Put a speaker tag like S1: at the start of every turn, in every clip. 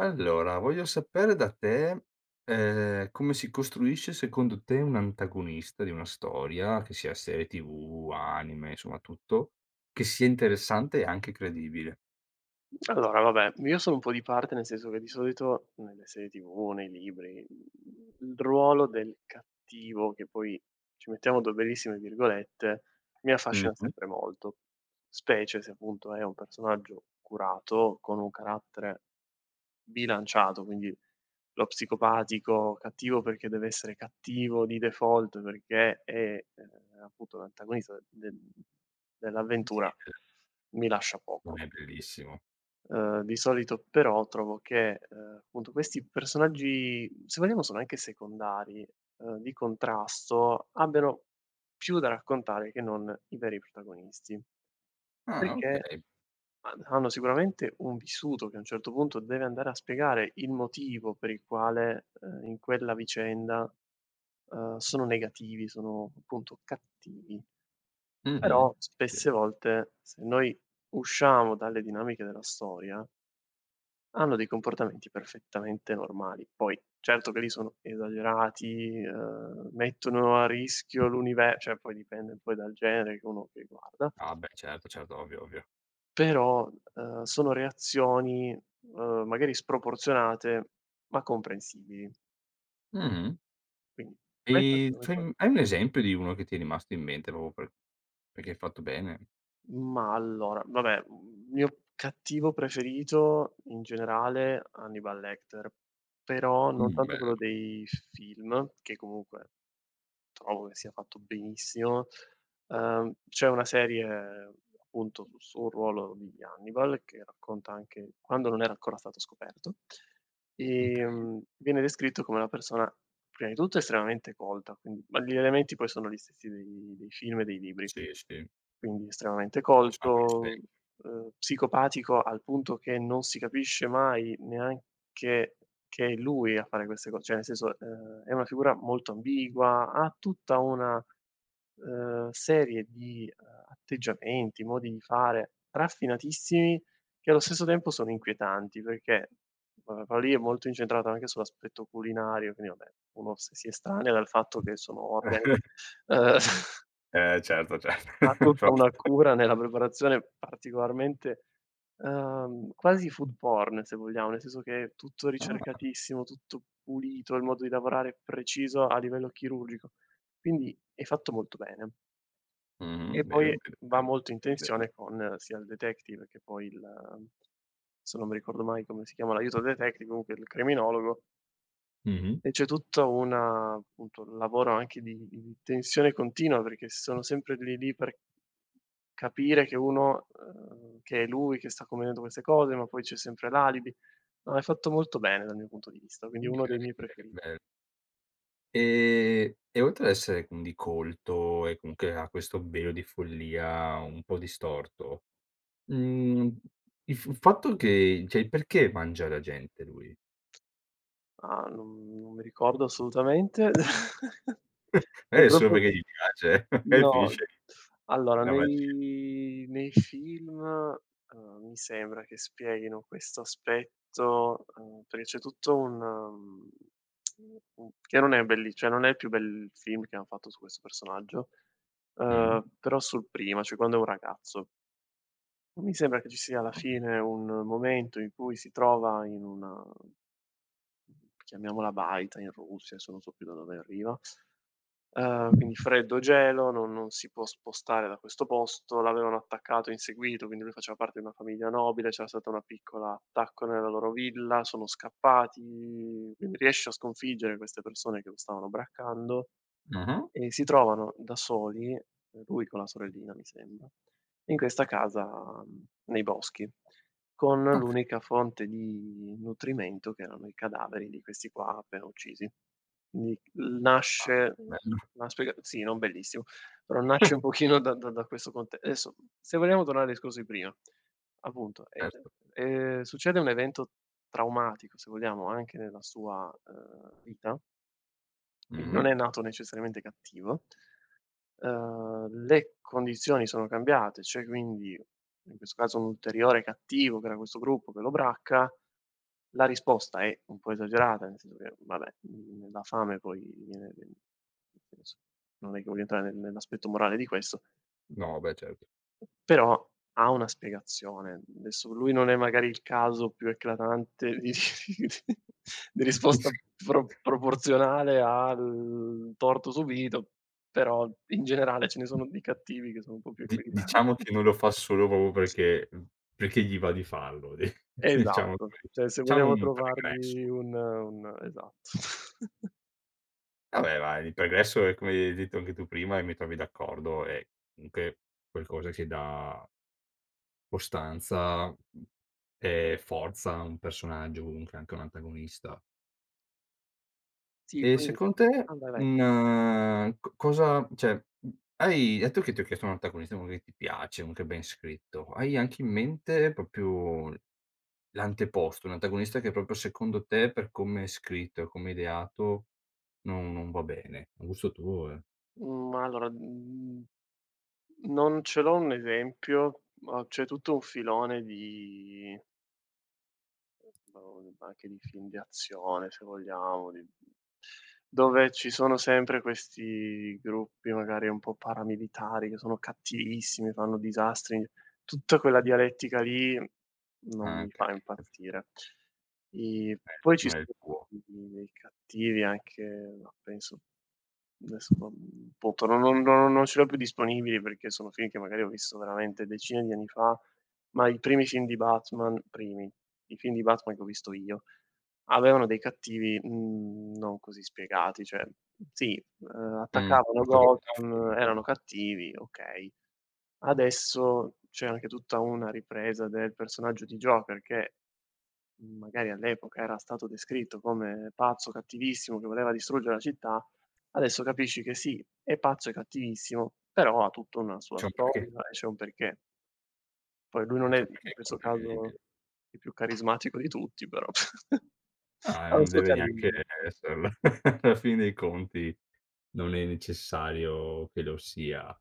S1: Allora, voglio sapere da te, come si costruisce secondo te un antagonista di una storia, che sia serie TV, anime, insomma tutto, che sia interessante e anche credibile?
S2: Allora vabbè, io sono un po' di parte, nel senso che di solito nelle serie TV, nei libri, il ruolo del cattivo, che poi ci mettiamo 2 bellissime virgolette, mi affascina
S1: Mh-mh.
S2: sempre molto, specie se appunto è un personaggio curato, con un carattere bilanciato, quindi lo psicopatico cattivo perché deve essere cattivo di default, perché è, appunto l'antagonista del
S1: Sì.
S2: dell'avventura, mi lascia
S1: Non
S2: poco.
S1: è bellissimo.
S2: Di solito però trovo che, appunto questi personaggi, se vogliamo sono anche secondari, di contrasto, abbiano più da raccontare che non i veri protagonisti,
S1: Ah,
S2: perché
S1: okay.
S2: ha hanno sicuramente un vissuto che a un certo punto deve andare a spiegare il motivo per il quale, in quella vicenda, sono negativi, sono appunto cattivi.
S1: Mh-mh.
S2: Però
S1: Sì.
S2: spesse volte se noi usciamo dalle dinamiche della storia, hanno dei comportamenti perfettamente normali. Poi certo che lì sono esagerati, mettono a rischio l'unive cioè poi dipende poi dal genere che uno che guarda,
S1: Ah beh, certo, certo, ovvio, ovvio.
S2: però, sono reazioni, magari sproporzionate, ma comprensibili.
S1: Mh-mh.
S2: Quindi
S1: E
S2: questa
S1: fai
S2: sicuramente.
S1: hai un esempio di uno che ti è rimasto in mente proprio perché hai fatto bene?
S2: Ma allora, vabbè, mio cattivo preferito in generale Hannibal Lecter, però non tanto
S1: Bello.
S2: quello dei film, che comunque trovo che sia fatto benissimo. C'è una serie appunto su un ruolo di Hannibal che racconta anche quando non era ancora stato scoperto.
S1: Okay.
S2: Viene descritto come una persona, prima di tutto estremamente colta, quindi ma gli elementi poi sono gli stessi dei film e dei libri.
S1: Sì, sì.
S2: Quindi estremamente
S1: Facciamo anche
S2: colto,
S1: rispetto.
S2: psicopatico al punto che non si capisce mai neanche che è lui a fare queste co cioè nel senso, è una figura molto ambigua, ha tutta una, serie di, atteggiamenti, modi di fare raffinatissimi che allo stesso tempo sono inquietanti perché, quello lì è molto incentrato anche sull'aspetto culinario, quindi vabbè, uno se si estranea dal fatto che sono organi, uhm
S1: Eh certo, certo.
S2: ha
S1: For
S2: tutta una cura nella preparazione particolarmente, quasi food porn se vogliamo, nel senso che è tutto
S1: Ah.
S2: ricercatissimo, tutto pulito, il modo di lavorare è preciso a livello chirurgico. Quindi è fatto molto bene.
S1: Mh-mh,
S2: E
S1: vero,
S2: poi
S1: vero,
S2: va molto in
S1: bello.
S2: tensione con sia il detective che poi il adesso non mi ricordo mai come si chiama l'aiuto del detective, comunque il criminologo,
S1: Mh-mh.
S2: e c'è tutta una appunto, un lavoro anche di tensione continua, perché sono sempre lì lì per capire che uno che è lui che sta convenendo queste cose, ma poi c'è sempre l'alibi. No, hai fatto molto bene dal mio punto di vista, quindi uno dei miei
S1: Incredibile, che
S2: preferiti.
S1: bello. E oltre ad essere quindi colto e comunque ha questo velo di follia un po' distorto, mhmm, il fatto che cioè, perché mangia la gente lui?
S2: Ah, non mi ricordo assolutamente. È
S1: Magari è solo
S2: proprio
S1: perché gli piace, magari
S2: No,
S1: finisce lì
S2: allora
S1: la magia.
S2: nei film, mi sembra che spieghino questo aspetto, perché c'è tutto un un che non è belli cioè non è il più bel film che han fatto su questo personaggio,
S1: Mh,
S2: però sul prima, cioè quando è un ragazzo. Mi sembra che ci sia alla
S1: okay.
S2: fine un momento in cui si trova in una chiamiamola baita in Russia, adesso non so più da dove arriva. Quindi freddo, gelo, non si può spostare da questo posto, l'avevano attaccato, inseguito, quindi lui faceva parte di una famiglia nobile, c'era stata una piccola attacco nella loro villa, sono scappati, quindi riesce a sconfiggere queste persone che lo stavano braccando.
S1: Mh-mh,
S2: E si trovano da soli, lui con la sorellina mi sembra, in questa casa, nei boschi, con
S1: okay,
S2: l'unica fonte di nutrimento che erano i cadaveri di questi qua appena uccisi. Quindi
S1: ah,
S2: nasce
S1: bello.
S2: una spiega sì, non bellissimo, però nasce un pochino da questo conte adesso, se vogliamo tornare al discorso di prima, appunto, e
S1: Certo.
S2: succede un evento traumatico, se vogliamo, anche nella sua, vita, quindi
S1: Mh-mh.
S2: non è nato necessariamente cattivo. Le condizioni sono cambiate, cioè quindi, in questo caso un ulteriore cattivo che era questo gruppo che lo bracca, la risposta è un po' esagerata, nel senso che vabbè, la fame poi viene nel senso, non è che voglio entrare nell'aspetto morale di questo,
S1: No, beh certo.
S2: però ha una spiegazione. Adesso lui non è magari il caso più eclatante di di
S1: Sì.
S2: risposta proporzionale al torto subito, però in generale ce ne sono di cattivi che sono un po' più
S1: Di
S2: equilibrati.
S1: diciamo che non lo fa solo proprio perché perché gli va di farlo, di diciamo
S2: Esatto,
S1: così.
S2: cioè se
S1: C'ha
S2: vogliamo
S1: un
S2: trovargli
S1: pregresso.
S2: un esatto.
S1: Vabbè, ma il pregresso è come hai detto anche tu prima e mi trovi d'accordo, è comunque qualcosa che dà costanza, e forza a un personaggio, comunque anche a un antagonista.
S2: Sì,
S1: E
S2: poi
S1: secondo te,
S2: ah, vai, vai.
S1: un co cosa cioè, mhmm, hai detto che ti ho chiesto un antagonista, uno che ti piace, uno che è ben scritto. Hai anche in mente proprio L'anteposto, un antagonista che proprio secondo te, per come è scritto e come è ideato, non va bene. A gusto tuo, eh.
S2: Mhmm, allora, non ce l'ho un esempio, ma c'è tutto un filone di boh, anche di film di azione se vogliamo, di dove ci sono sempre questi gruppi magari un po' paramilitari che sono cattivissimi, fanno disastri, tutta quella dialettica lì non
S1: Ah,
S2: mi
S1: okay,
S2: fa impazzire. I Poi ci
S1: non è il
S2: sono
S1: tuo.
S2: dei cattivi anche, ma penso adesso non appunto non ce li ho più disponibili perché sono film che magari ho visto veramente decine di anni fa, ma i primi film di Batman primi, i film di Batman che ho visto io avevano dei cattivi, non così spiegati, cioè sì, attaccavano
S1: Posso capire il
S2: Gotham,
S1: film.
S2: erano cattivi, okay. Adesso c'è anche tutta una ripresa del personaggio di Joker che, magari all'epoca era stato descritto come pazzo, cattivissimo, che voleva distruggere la città, adesso capisci che sì, è pazzo e cattivissimo, però ha tutta una sua
S1: C'è un perché,
S2: storia e c'è un perché. Poi lui non
S1: c'è
S2: è
S1: un perché
S2: in
S1: è
S2: questo caso
S1: condivisibile.
S2: il più carismatico di tutti, però
S1: Ah,
S2: ha un
S1: non
S2: suo
S1: deve neanche
S2: carisma poi.
S1: esserlo. Alla fin dei conti non è necessario che lo sia.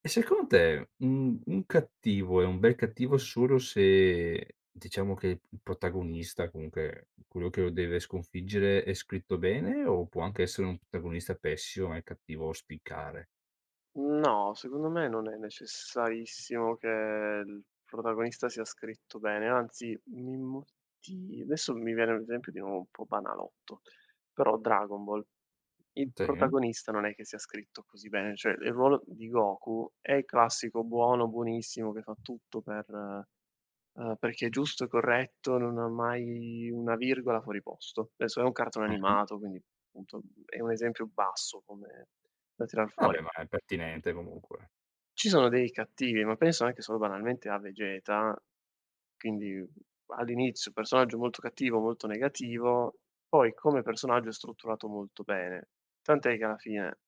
S1: E secondo te un cattivo è un bel cattivo solo se diciamo che il protagonista, comunque quello che lo deve sconfiggere, è scritto bene o può anche essere un protagonista pessimo ma il cattivo spiccare?
S2: No, secondo me non è necessarissimo che il protagonista sia scritto bene, anzi mi moti adesso mi viene un esempio di nuovo un po' banalotto, però Dragon Ball, il
S1: Sì.
S2: protagonista non è che sia scritto così bene, cioè il ruolo di Goku è il classico buono, buonissimo che fa tutto per perché è giusto e corretto, non ha mai una virgola fuori posto. Adesso è un cartone
S1: Mh-mh.
S2: animato, quindi appunto è un esempio basso come da tirar
S1: Vabbè,
S2: fuori.
S1: ma è pertinente comunque.
S2: Ci sono dei cattivi, ma penso anche solo banalmente a Vegeta, quindi all'inizio personaggio molto cattivo, molto negativo, poi come personaggio è strutturato molto bene. Tant'è che alla fine,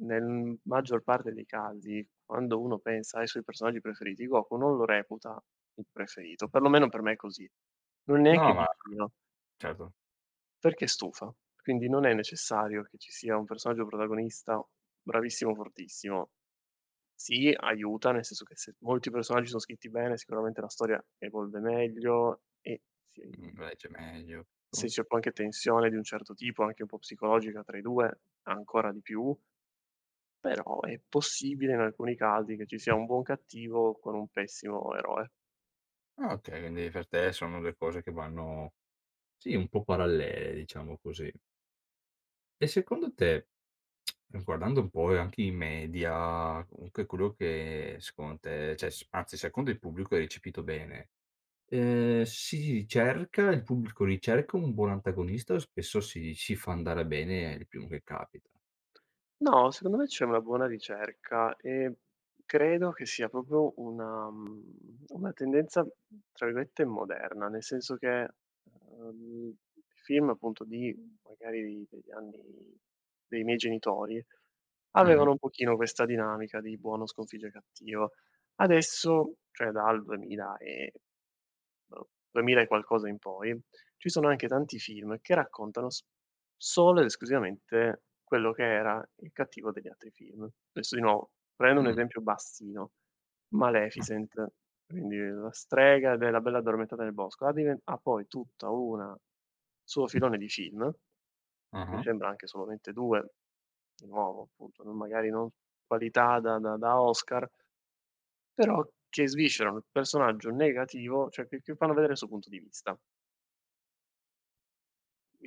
S2: nel maggior parte dei casi, quando uno pensa ai suoi personaggi preferiti, Goku non lo reputa il preferito, perlomeno per me è così. Non è
S1: No, no,
S2: neanche
S1: ma
S2: vicino,
S1: certo,
S2: perché stufa. Quindi non è necessario che ci sia un personaggio protagonista bravissimo, fortissimo. Sì, aiuta, nel senso che se molti personaggi sono scritti bene, sicuramente la storia evolve meglio e si.
S1: mhmm, legge meglio.
S2: Se c'è poi anche tensione di un certo tipo, anche un po' psicologica tra i 2, ancora di più, però è possibile in alcuni casi che ci sia un buon cattivo con un pessimo eroe.
S1: Ah, okay, quindi per te sono 2 cose che vanno sì, un po' parallele, diciamo così. E secondo te guardando un po' anche i media, comunque quello che secondo te cioè s anzi secondo il pubblico è recepito bene, si cerca il pubblico ricerca un buon antagonista o spesso si fa andare bene il primo che capita?
S2: No, secondo me c'è una buona ricerca e credo che sia proprio una una tendenza, tra virgolette, "moderna", nel senso che, uhm, film appunto di magari degli anni dei miei genitori,
S1: Mh-mh.
S2: avevano un pochino questa dinamica di buono sconfigge cattivo. Adesso, cioè dal 2000 e boh, 2000 e qualcosa in poi ci sono anche tanti film che raccontano s solo ed esclusivamente quello che era il cattivo degli altri film. Adesso di nuovo, prendo un
S1: Mh.
S2: esempio bassino,
S1: Ma
S2: Maleficent, quindi la strega della Bella Addormentata nel bosco, ha diven ha poi tutta una suo filone di film, mi
S1: ah-ah.
S2: sembra anche solamente 2, di nuovo appunto, non magari non qualità da Oscar, però che sviscerano il personaggio negativo, cioè che fanno vedere il suo punto di vista.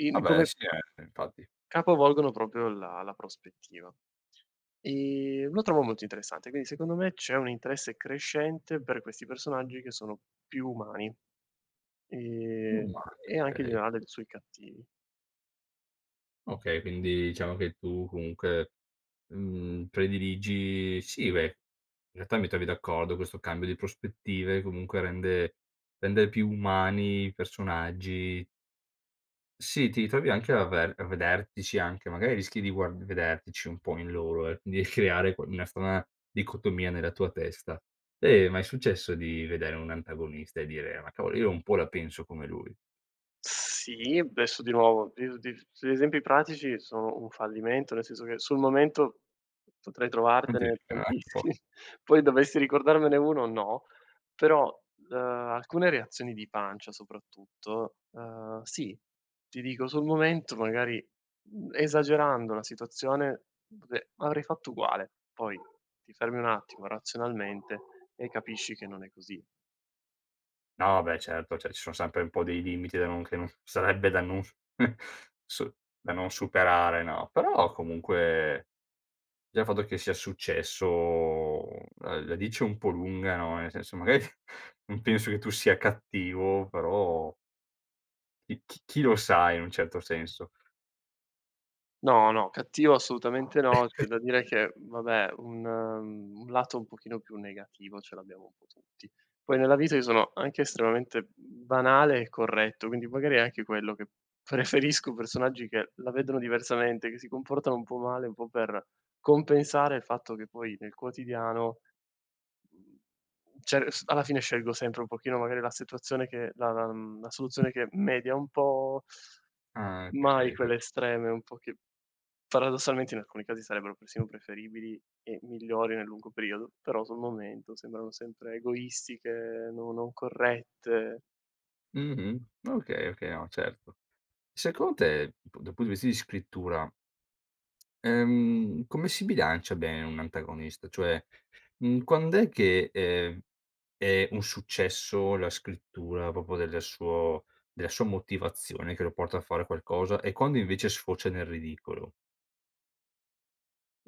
S2: In
S1: Vabbè
S2: come
S1: sì, infatti.
S2: capovolgono proprio la prospettiva. Lo trovo molto interessante, quindi secondo me c'è un interesse crescente per questi personaggi che sono più umani, ehm,
S1: Umani,
S2: e anche in
S1: okay.
S2: generale sui cattivi.
S1: Okay, quindi diciamo che tu comunque, prediligi sì beh in realtà mi trovi d'accordo, questo cambio di prospettive comunque rende più umani i personaggi. Sì, ti trovi anche a vedertici anche, magari rischi di guard vedertici un po' in loro e quindi creare que una strana dicotomia nella tua testa. Te mai è successo di vedere un antagonista e dire: "Ma cavolo, io un po' la penso come lui."
S2: Sì, adesso di nuovo, di gli esempi pratici sono un fallimento, nel senso che sul momento potrei
S1: Non ti
S2: trovartene
S1: viene un po'.
S2: tantissimi, poi dovessi ricordarmene uno no, però, alcune reazioni di pancia soprattutto, sì, ti dico sul momento magari, esagerando la situazione, ve avrei fatto uguale, poi ti fermi un attimo razionalmente e capisci che non è così.
S1: No, beh certo, cioè ci sono sempre un po' dei limiti da non s su da non superare, no, però comunque già il fatto che sia successo la dice un po' lunga, no, nel senso magari non penso che tu sia cattivo, però chi lo sa in un certo senso.
S2: No, no, cattivo assolutamente no. C'è da dire che, vabbè, un lato un pochino più negativo ce l'abbiamo un po' tutti. Poi nella vita io sono anche estremamente banale e corretto, quindi magari è anche quello che preferisco personaggi che la vedono diversamente, che si comportano un po' male, un po' per compensare il fatto che poi nel quotidiano Mhmm, cioè s alla fine scelgo sempre un pochino magari la situazione che la la la soluzione che media un po',
S1: Ah,
S2: mai
S1: okay, que
S2: quelle estreme un po' che paradossalmente in alcuni casi sarebbero persino preferibili e migliori nel lungo periodo, però sul momento sembrano sempre egoistiche, no non corrette.
S1: mh-mh. Okay, okay, no, certo. Secondo te, p dal punto di vista di scrittura, come si bilancia bene un antagonista? Cioè, quand'è che, è un successo la scrittura proprio della sua motivazione che lo porta a fare qualcosa e quando invece sfocia nel ridicolo.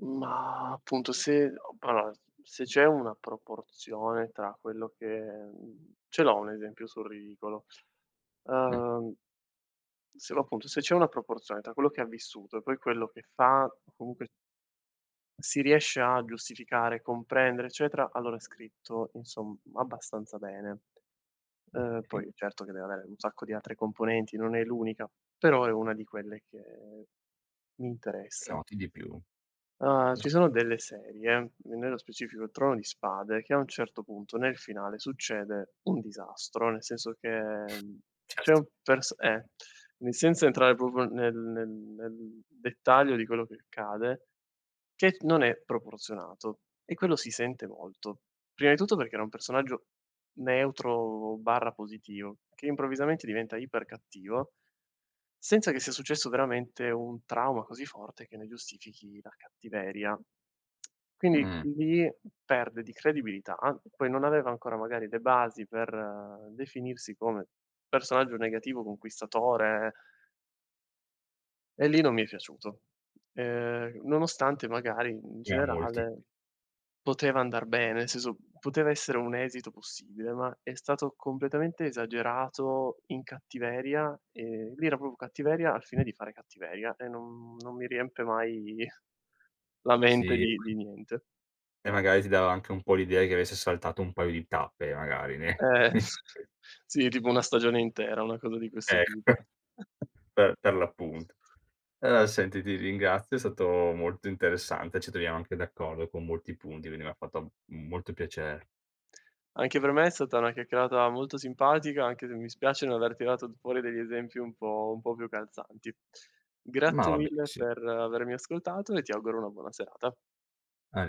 S2: Ma appunto se o allora, se c'è una proporzione tra quello che ce l'ho un esempio sul ridicolo.
S1: Mh,
S2: Uhm Se va appunto, se c'è una proporzione tra quello che ha vissuto e poi quello che fa, o comunque si riesce a giustificare, comprendere, eccetera, allora è scritto insom abbastanza bene.
S1: okay,
S2: Poi certo che deve avere un sacco di altre componenti, non è l'unica, però è una di quelle che mi interessa.
S1: noti di più.
S2: Ah, ci
S1: No,
S2: sono delle serie, nello specifico il Trono di Spade, che a un certo punto nel finale succede un disastro, nel senso che, c'è
S1: certo.
S2: un pers quindi senza entrare proprio nel dettaglio di quello che accade, che non è proporzionato e quello si sente molto. Prima di tutto perché era un personaggio neutro/positivo, che improvvisamente diventa ipercattivo, senza che sia successo veramente un trauma così forte che ne giustifichi la cattiveria. Quindi
S1: Mh,
S2: lì perde di credibilità, poi non aveva ancora magari le basi per definirsi come personaggio negativo conquistatore e lì non mi è piaciuto. Nonostante magari in
S1: ne ha molti.
S2: generale poteva andar bene, nel senso, poteva essere un esito possibile, ma è stato completamente esagerato in cattiveria, e lì era proprio cattiveria al fine di fare cattiveria e non mi riempie mai la mente
S1: Sì,
S2: di niente.
S1: e magari ti dava anche un po' l'idea che avesse saltato un paio di tappe magari ne
S2: Eh, sì, tipo una stagione intera, una cosa di questo
S1: ecco,
S2: tipo.
S1: per l'appunto. Allora senti, ti ringrazio, è stato molto interessante, ci troviamo anche d'accordo con molti punti, quindi mi ha fatto molto piacere.
S2: Anche per me è stata una chiacchierata molto simpatica, anche se mi spiace non aver tirato fuori degli esempi un po' più calzanti.
S1: Ma
S2: Grazie
S1: va
S2: mille
S1: benissimo.
S2: per avermi ascoltato e ti auguro una buona serata.
S1: A